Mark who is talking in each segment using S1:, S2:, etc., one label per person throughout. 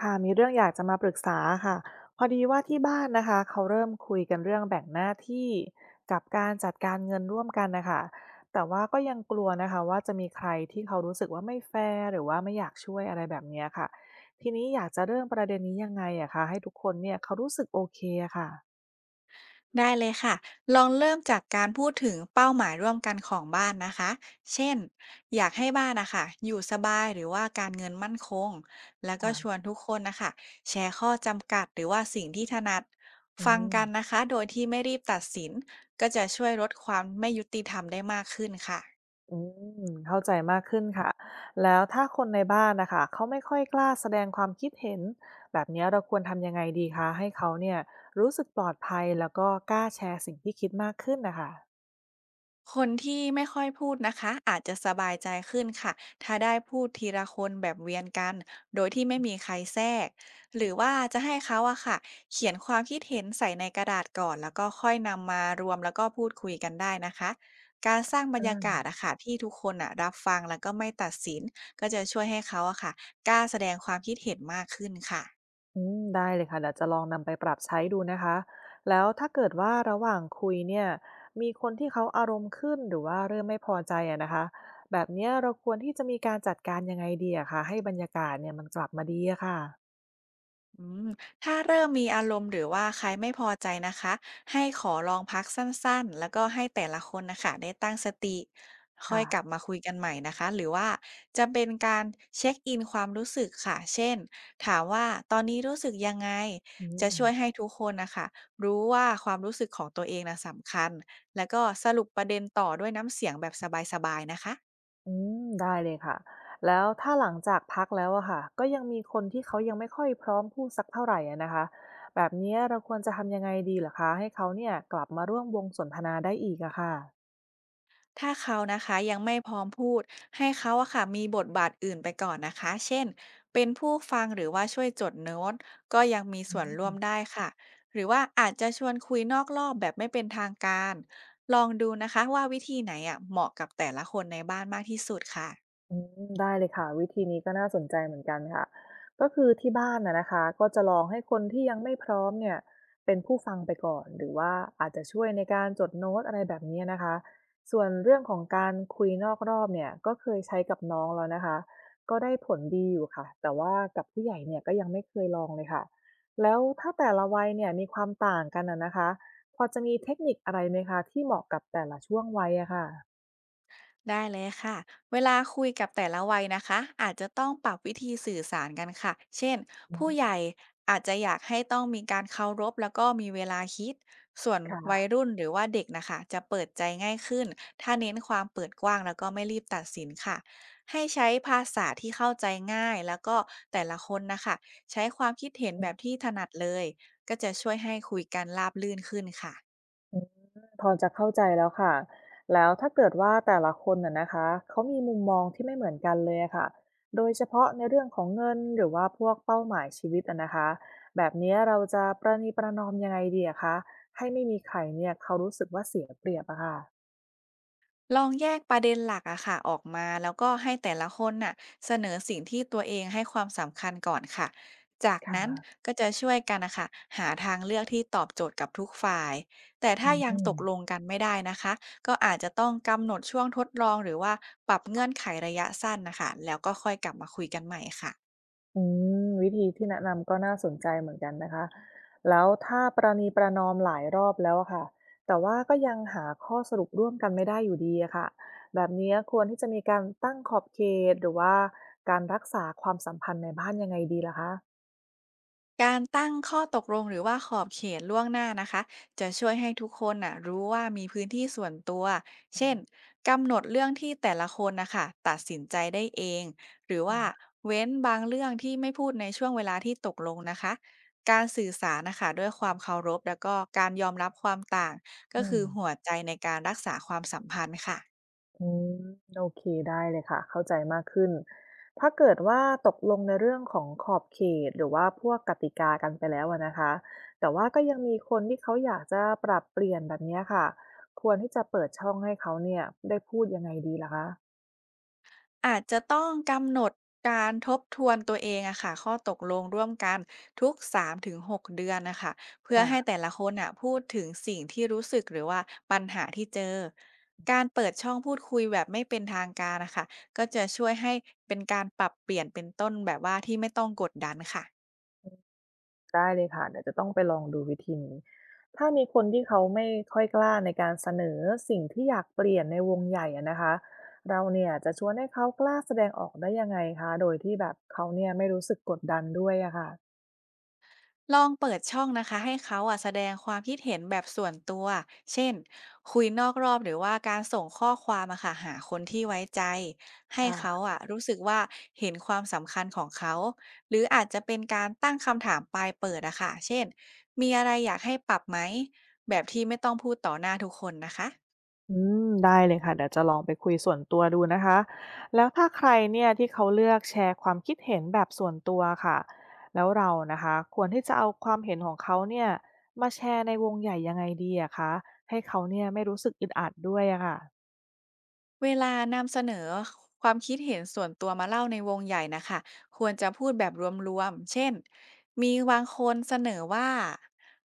S1: ค่ะมีเรื่องอยากจะมาปรึกษาค่ะพอดีว่าที่บ้านนะคะเขาเริ่มคุยกันเรื่องแบ่งหน้าที่กับการจัดการเงินร่วมกันนะคะแต่ว่าก็ยังกลัวนะคะว่าจะมีใครที่เขารู้สึกว่าไม่แฟร์หรือว่าไม่อยากช่วยอะไรแบบเนี้ยค่ะทีนี้อยากจะเริ่มประเด็นนี้ยังไงอะคะให้ทุกคนเนี่ยเขารู้สึกโอเคอะค่ะ
S2: ได้เลยค่ะ ลองเริ่มจากการพูดถึงเป้าหมายร่วมกันของบ้านนะคะ เช่น อยากให้บ้านนะคะอยู่สบายหรือว่าการเงินมั่นคง แล้วก็ช
S1: ค่ะ
S2: วนทุกคนนะคะ แชร์ข้อจำกัดหรือว่าสิ่งที่ถนัด
S1: อื
S2: ฟัง
S1: ม
S2: กันนะคะ โดยที่ไม่รีบตัดสิน ก็จะช่วยลดความไม่ยุติธรรมได้มากขึ้นค่ะ
S1: อืมเข้าใจมากขึ้นค่ะแล้วถ้าคนในบ้านนะคะเขาไม่ค่อยกล้าแสดงความคิดเห็นแบบนี้เราควรทำยังไงดีคะให้เขาเนี่ยรู้สึกปลอดภัยแล้วก็กล้าแชร์สิ่งที่คิดมากขึ้นนะคะ
S2: คนที่ไม่ค่อยพูดนะคะอาจจะสบายใจขึ้นค่ะ ถ้าได้พูดทีละคนแบบเวียนกัน โดยที่ไม่มีใครแทรกหรือว่าจะให้เขาอะค่ะเขียนความคิดเห็นใส่ในกระดาษก่อนแล้วก็ค่อยนำมารวมแล้วก็พูดคุยกันได้นะคะการสร้างบรรยา
S1: อ่า
S2: กาศอะค่ะที่ทุกคนอะรับฟังแล้วก็ไม่ตัดสินก็จะช่วยให้เขาอะค่ะกล้าแสดงความคิดเห็นมากขึ้นค่ะ
S1: อืมได้เลยค่ะเดี๋ยวจะลองนำไปปรับใช้ดูนะคะแล้วถ้าเกิดว่าระหว่างคุยเนี่ยมีคนที่เขาอารมณ์ขึ้นหรือว่าเริ่มไม่พอใจอะนะคะแบบนี้เราควรที่จะมีการจัดการยังไงดีอะคะให้บรรยากาศเนี่ยมันกลับมาดีอะค่ะ
S2: อืมถ้าเริ่มมีอารมณ์หรือว่าใครไม่พอใจนะคะให้ขอลองพักสั้นๆแล้วก็ให้แต่ละคนนะคะได้ตั้งสติค่อ
S1: ค่ะ
S2: ยกลับมาคุยกันใหม่นะคะหรือว่าจะเป็นการเช็คอินความรู้สึกค่ะเช่นถามว่าตอนนี้รู้สึกยังไง
S1: อื
S2: จะ
S1: ม
S2: ช่วยให้ทุกคนนะคะรู้ว่าความรู้สึกของตัวเองนะสำคัญแล้วก็สรุปประเด็นต่อด้วยน้ำเสียงแบบสบายๆนะคะ
S1: อืมได้เลยค่ะแล้วถ้าหลังจากพักแล้วอะค่ะก็ยังมีคนที่เขายังไม่ค่อยพร้อมพูดสักเท่าไหร่อะนะคะแบบเนี้ยเราควรจะทำยังไงดีเหรอคะให้เขาเนี่ยกลับมาร่วมวงสนทนาได้อีกอะค่ะ
S2: ถ้าเขานะคะยังไม่พร้อมพูดให้เขาอะค่ะมีบทบาทอื่นไปก่อนนะคะเช่นเป็นผู้ฟังหรือว่าช่วยจดโน้ตก็ยังมี
S1: อื
S2: ส่วนร่วม
S1: ม
S2: ได้ค่ะหรือว่าอาจจะชวนคุยนอกรอบแบบไม่เป็นทางการลองดูนะคะว่าวิธีไหนอะเหมาะกับแต่ละคนในบ้านมากที่สุดค่ะ
S1: อืมได้เลยค่ะวิธีนี้ก็น่าสนใจเหมือนกันค่ะก็คือที่บ้านนะคะก็จะลองให้คนที่ยังไม่พร้อมเนี่ยเป็นผู้ฟังไปก่อนหรือว่าอาจจะช่วยในการจดโน้ตอะไรแบบนี้นะคะส่วนเรื่องของการคุยนอกรอบเนี่ยก็เคยใช้กับน้องแล้วนะคะก็ได้ผลดีอยู่ค่ะแต่ว่ากับผู้ใหญ่เนี่ยก็ยังไม่เคยลองเลยค่ะแล้วถ้าแต่ละวัยเนี่ยมีความต่างกันน่ะนะคะพอจะมีเทคนิคอะไรไหมคะที่เหมาะกับแต่ละช่วงวัยอะค่ะ
S2: ได้เลยค่ะเวลาคุยกับแต่ละวัยนะคะอาจจะต้องปรับวิธีสื่อสารกันค่ะเช่น
S1: อื
S2: ผู้ให
S1: ม
S2: ญ่อาจจะอยากให้ต้องมีการเคารพแล้วก็มีเวลาคิด ส่วนวัย
S1: ค่ะ
S2: รุ่นหรือว่าเด็กนะคะจะเปิดใจง่ายขึ้นถ้าเน้นความเปิดกว้างแล้วก็ไม่รีบตัดสินค่ะให้ใช้ภาษาที่เข้าใจง่ายแล้วก็แต่ละคนนะคะ ใช้ความคิดเห็นแบบที่ถนัดเลยก็จะช่วยให้คุยกันราบรื่นขึ้นค่ะ
S1: พอจะเข้าใจแล้วค่ะ แล้วถ้าเกิดว่าแต่ละคนน่ะนะคะเขามีมุมมองที่ไม่เหมือนกันเลยอะค่ะ โดยเฉพาะในเรื่องของเงินหรือว่าพวกเป้าหมายชีวิตอะนะคะแบบนี้เราจะประนีประนอมยังไงดีอะคะให้ไม่มีใครเนี่ยเขารู้สึกว่าเสียเปรียบอะค่ะ
S2: ลองแยกประเด็นหลักอะค่ะออกมาแล้วก็ให้แต่ละคนน่ะเสนอสิ่งที่ตัวเองให้ความสำคัญก่อนค่ะจาก
S1: ค่
S2: นั้น
S1: ะ
S2: ก็จะช่วยกันนะคะหาทางเลือกที่ตอบโจทย์กับทุกฝ่าย แต่
S1: อื
S2: ถ้ายังต
S1: ม
S2: กลงกันไม่ได้นะคะก็อาจจะต้องกำหนดช่วงทดลองหรือว่าปรับเงื่อนไขระยะสั้นนะคะแล้วก็ค่อยกลับมาคุยกันใหม่ค่ะ
S1: อืมวิธีที่แนะนำก็น่าสนใจเหมือนกันนะคะแล้วถ้าประนีประนอมหลายรอบแล้วอะค่ะแต่ว่าก็ยังหาข้อสรุปร่วมกันไม่ได้อยู่ดีอะค่ะแบบนี้ควรที่จะมีการตั้งขอบเขตหรือว่าการรักษาความสัมพันธ์ในบ้านยังไงดีล่ะคะ
S2: การตั้งข้อตกลงหรือว่าขอบเขตล่วงหน้านะคะจะช่วยให้ทุกคนน่ะรู้ว่ามีพื้นที่ส่วนตัว
S1: อื
S2: เช่น
S1: ม
S2: กำหนดเรื่องที่แต่ละคนนะคะตัดสินใจได้เองหรือว่า
S1: ค่ะ
S2: เว้นบางเรื่องที่ไม่พูดในช่วงเวลาที่ตกลงนะคะการสื่อสารนะคะด้วยความเคารพแล้วก็การยอมรับความต่างก็
S1: อื
S2: คื
S1: ม
S2: อหัวใจในการรักษาความสัมพันธ์ค่ะ
S1: อืมโอเคได้เลยค่ะเข้าใจมากขึ้นถ้าเกิดว่าตกลงในเรื่องของขอบเขตหรือว่าพวกกติกากันไปแล้วอะนะคะแต่ว่าก็ยังมีคนที่เขาอยากจะปรับเปลี่ยนแบบเนี้ยค่ะควรที่จะเปิดช่องให้เขาเนี่ยได้พูดยังไงดีล่ะคะ
S2: อาจจะต้องกำหนดการทบทวนตัวเองอะค่ะข้อตกลงร่วมกันทุก3-6เดือนนะคะเพื่อให้
S1: ค่ะ
S2: แต่ละคนอะพูดถึงสิ่งที่รู้สึกหรือว่าปัญหาที่เจอการเปิดช่องพูดคุยแบบไม่เป็นทางการนะคะก็จะช่วยให้เป็นการปรับเปลี่ยนเป็นต้นแบบว่าที่ไม่ต้องกดดันค่ะ
S1: ได้เลยค่ะเดี๋ยวจะต้องไปลองดูวิธีนี้ถ้ามีคนที่เขาไม่ค่อยกล้าในการเสนอสิ่งที่อยากเปลี่ยนในวงใหญ่อะนะคะเราเนี่ยจะชวนให้เขากล้าแสดงออกได้ยังไงคะโดยที่แบบเขาเนี่ยไม่รู้สึกกดดันด้วยอะค่ะ
S2: ลองเปิดช่องนะคะให้เขาอ่ะแสดงความคิดเห็นแบบส่วนตัว เช่นคุยนอกรอบหรือว่าการส่งข้อความมาค่ะหาคนที่ไว้ใจให้เขา
S1: ค่ะ
S2: อ่ะรู้สึกว่าเห็นความสำคัญของเขาหรืออาจจะเป็นการตั้งคำถามปลายเปิดอะค่ะเช่นมีอะไรอยากให้ปรับไหมแบบที่ไม่ต้องพูดต่อหน้าทุกคนนะคะ
S1: อืมได้เลยค่ะเดี๋ยวจะลองไปคุยส่วนตัวดูนะคะแล้วถ้าใครเนี่ยที่เขาเลือกแชร์ความคิดเห็นแบบส่วนตัวค่ะแล้วเรานะคะควรที่จะเอาความเห็นของเขาเนี่ยมาแชร์ในวงใหญ่ยังไงดีอะคะให้เขาเนี่ยไม่รู้สึกอึดอัดด้วยอะค่ะ
S2: เวลานำเสนอความคิดเห็นส่วนตัวมาเล่าในวงใหญ่นะคะควรจะพูดแบบรวมๆเช่นมีบางคนเสนอว่า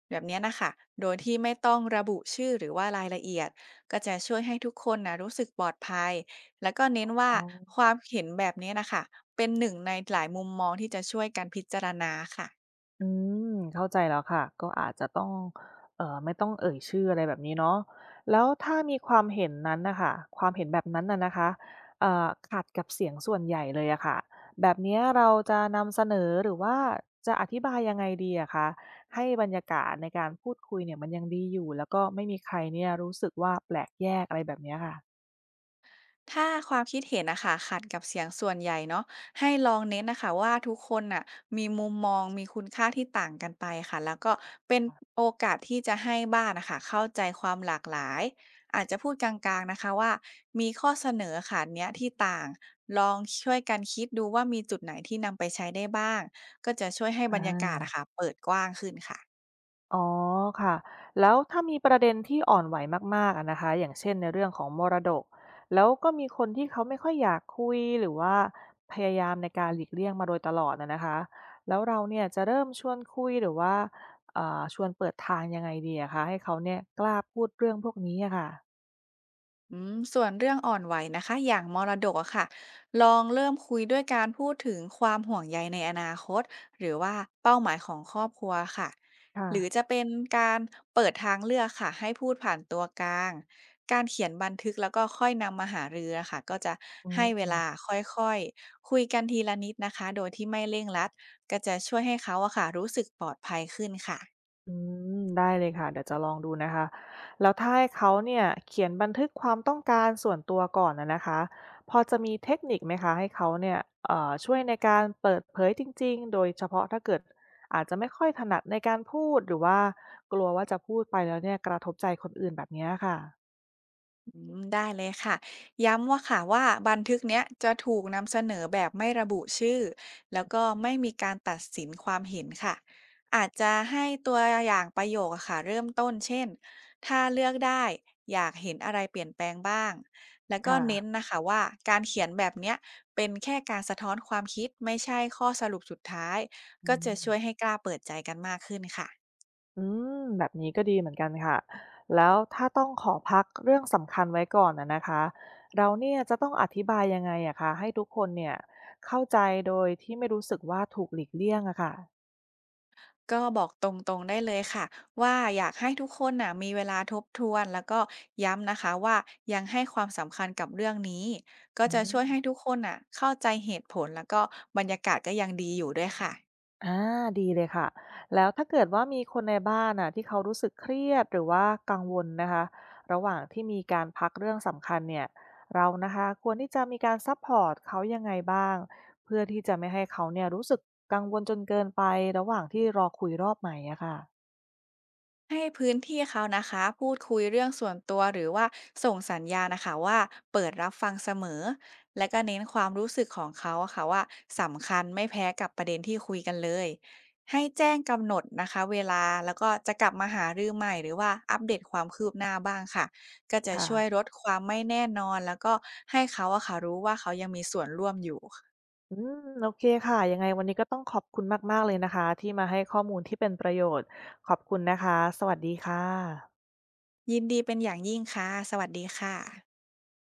S2: แบบเนี้ยนะคะโดยที่ไม่ต้องระบุชื่อหรือว่ารายละเอียดก็จะช่วยให้ทุกคนนะรู้สึกปลอดภัยแล้วก็เน้นว่า
S1: อ๋อ
S2: ความเห็นแบบเนี้ยนะคะเป็นหนึ่งในหลายมุมมองที่จะช่วยกันพิจารณาค่ะ
S1: อืมเข้าใจแล้วค่ะก็อาจจะต้องไม่ต้องเอ่ยชื่ออะไรแบบนี้เนาะแล้วถ้ามีความเห็นนั้นน่ะค่ะความเห็นแบบนั้นน่ะนะคะขัดกับเสียงส่วนใหญ่เลยอะค่ะแบบเนี้ยเราจะนำเสนอหรือว่าจะอธิบายยังไงดีอะคะให้บรรยากาศในการพูดคุยเนี่ยมันยังดีอยู่แล้วก็ไม่มีใครเนี่ยรู้สึกว่าแปลกแยกอะไรแบบเนี้ยค่ะ
S2: ถ้าความคิดเห็นนะค่ะขัดกับเสียงส่วนใหญ่เนาะให้ลองเน้นนะคะว่าทุกคนน่ะมีมุมมองมีคุณค่าที่ต่างกันไปค่ะแล้วก็เป็นโอกาสที่จะให้บ้านนะค่ะเข้าใจความหลากหลายอาจจะพูดกลางๆนะคะว่ามีข้อเสนอค่ะเนี้ยที่ต่างลองช่วยกันคิดดูว่ามีจุดไหนที่นำไปใช้ได้บ้างก็จะช่วยให้
S1: อ
S2: บรรยากาศอะ
S1: า
S2: ค่ะเปิดกว้างขึ้นค่ะ
S1: อ๋อค่ะแล้วถ้ามีประเด็นที่อ่อนไหวมากๆอะนะคะอย่างเช่นในเรื่องของมรดกแล้วก็มีคนที่เขาไม่ค่อยอยากคุยหรือว่าพยายามในการหลีกเลี่ยงมาโดยตลอดนะคะแล้วเราเนี่ยจะเริ่มชวนคุยหรือว่าชวนเปิดทางยังไงดีอะคะให้เขาเนี่ยกล้าพูดเรื่องพวกนี้อะค่ะ
S2: อืมส่วนเรื่องอ่อนไหวนะคะอย่างมรดกอะค่ะลองเริ่มคุยด้วยการพูดถึงความห่วงใยในอนาคตหรือว่าเป้าหมายของครอบครัวค่ะ
S1: ค่ะ
S2: หรือจะเป็นการเปิดทางเลือกค่ะให้พูดผ่านตัวกลางการเขียนบันทึกแล้วก็ค่อยนำมาหารือนะคะก็จะ
S1: อื
S2: ให้เวลา
S1: ม
S2: ค่อยๆคุยกันทีละนิดนะคะโดยที่ไม่เร่งรัดก็จะช่วยให้เขาอะค่ะรู้สึกปลอดภัยขึ้นค่ะ
S1: อืมได้เลยค่ะเดี๋ยวจะลองดูนะคะแล้วถ้าให้เขาเนี่ยเขียนบันทึกความต้องการส่วนตัวก่อนนะคะพอจะมีเทคนิคไหมคะให้เขาเนี่ยช่วยในการเปิดเผยจริงๆ โดยเฉพาะถ้าเกิดอาจจะไม่ค่อยถนัดในการพูดหรือว่ากลัวว่าจะพูดไปแล้วเนี่ยกระทบใจคนอื่นแบบเนี้ยค่ะ
S2: อืมได้เลยค่ะย้ำว่าค่ะว่าบันทึกเนี้ยจะถูกนำเสนอแบบไม่ระบุชื่อแล้วก็ไม่มีการตัดสินความเห็นค่ะอาจจะให้ตัวอย่างประโยคอะค่ะเริ่มต้นเช่นถ้าเลือกได้อยากเห็นอะไรเปลี่ยนแปลงบ้างแล้วก็เน้น
S1: ค่ะ
S2: นะคะว่าการเขียนแบบเนี้ยเป็นแค่การสะท้อนความคิดไม่ใช่ข้อสรุปสุดท้ายก็
S1: อื
S2: จะช่วยให้
S1: ม
S2: กล้าเปิดใจกันมากขึ้นค่ะ
S1: อืมแบบนี้ก็ดีเหมือนกันค่ะแล้วถ้าต้องขอพักเรื่องสำคัญไว้ก่อนนะคะเราเนี่ยจะต้องอธิบายยังไงอะคะให้ทุกคนเนี่ยเข้าใจโดยที่ไม่รู้สึกว่าถูกหลีกเลี่ยงอะค่ะ
S2: ก็บอกตรงๆได้เลยค่ะว่าอยากให้ทุกคนน่ะมีเวลาทบทวนแล้วก็ย้ำนะคะว่ายังให้ความสำคัญกับเรื่องนี้ก็
S1: อื
S2: จะช่
S1: ม
S2: วยให้ทุกคนน่ะเข้าใจเหตุผลแล้วก็บรรยากาศก็ยังดีอยู่ด้วยค่ะ
S1: อาดีเลยค่ะแล้วถ้าเกิดว่ามีคนในบ้านน่ะที่เขารู้สึกเครียดหรือว่ากังวลนะคะระหว่างที่มีการพักเรื่องสำคัญเนี่ยเรานะคะควรที่จะมีการซัพพอร์ตเขายังไงบ้างเพื่อที่จะไม่ให้เขาเนี่ยรู้สึกกังวลจนเกินไประหว่างที่รอคุยรอบใหม่อะค่ะ
S2: ให้พื้นที่เขานะคะพูดคุยเรื่องส่วนตัวหรือว่าส่งสัญญาณนะคะว่าเปิดรับฟังเสมอและก็เน้นความรู้สึกของเขาอะค่ะว่าสำคัญไม่แพ้กับประเด็นที่คุยกันเลยให้แจ้งกำหนดนะคะเวลาแล้วก็จะกลับมาหารือใหม่หรือว่าอัปเดตความคืบหน้าบ้างค่ะก็จะ
S1: ค่ะ
S2: ช่วยลดความไม่แน่นอนแล้วก็ให้เขาอะค่ะรู้ว่าเขายังมีส่วนร่วมอยู่
S1: อืมโอเคค่ะยังไงวันนี้ก็ต้องขอบคุณมากๆเลยนะคะที่มาให้ข้อมูลที่เป็นประโยชน์ขอบคุณนะคะสวัสดีค่ะ
S2: ยินดีเป็นอย่างยิ่งค่ะสวัสดีค่ะ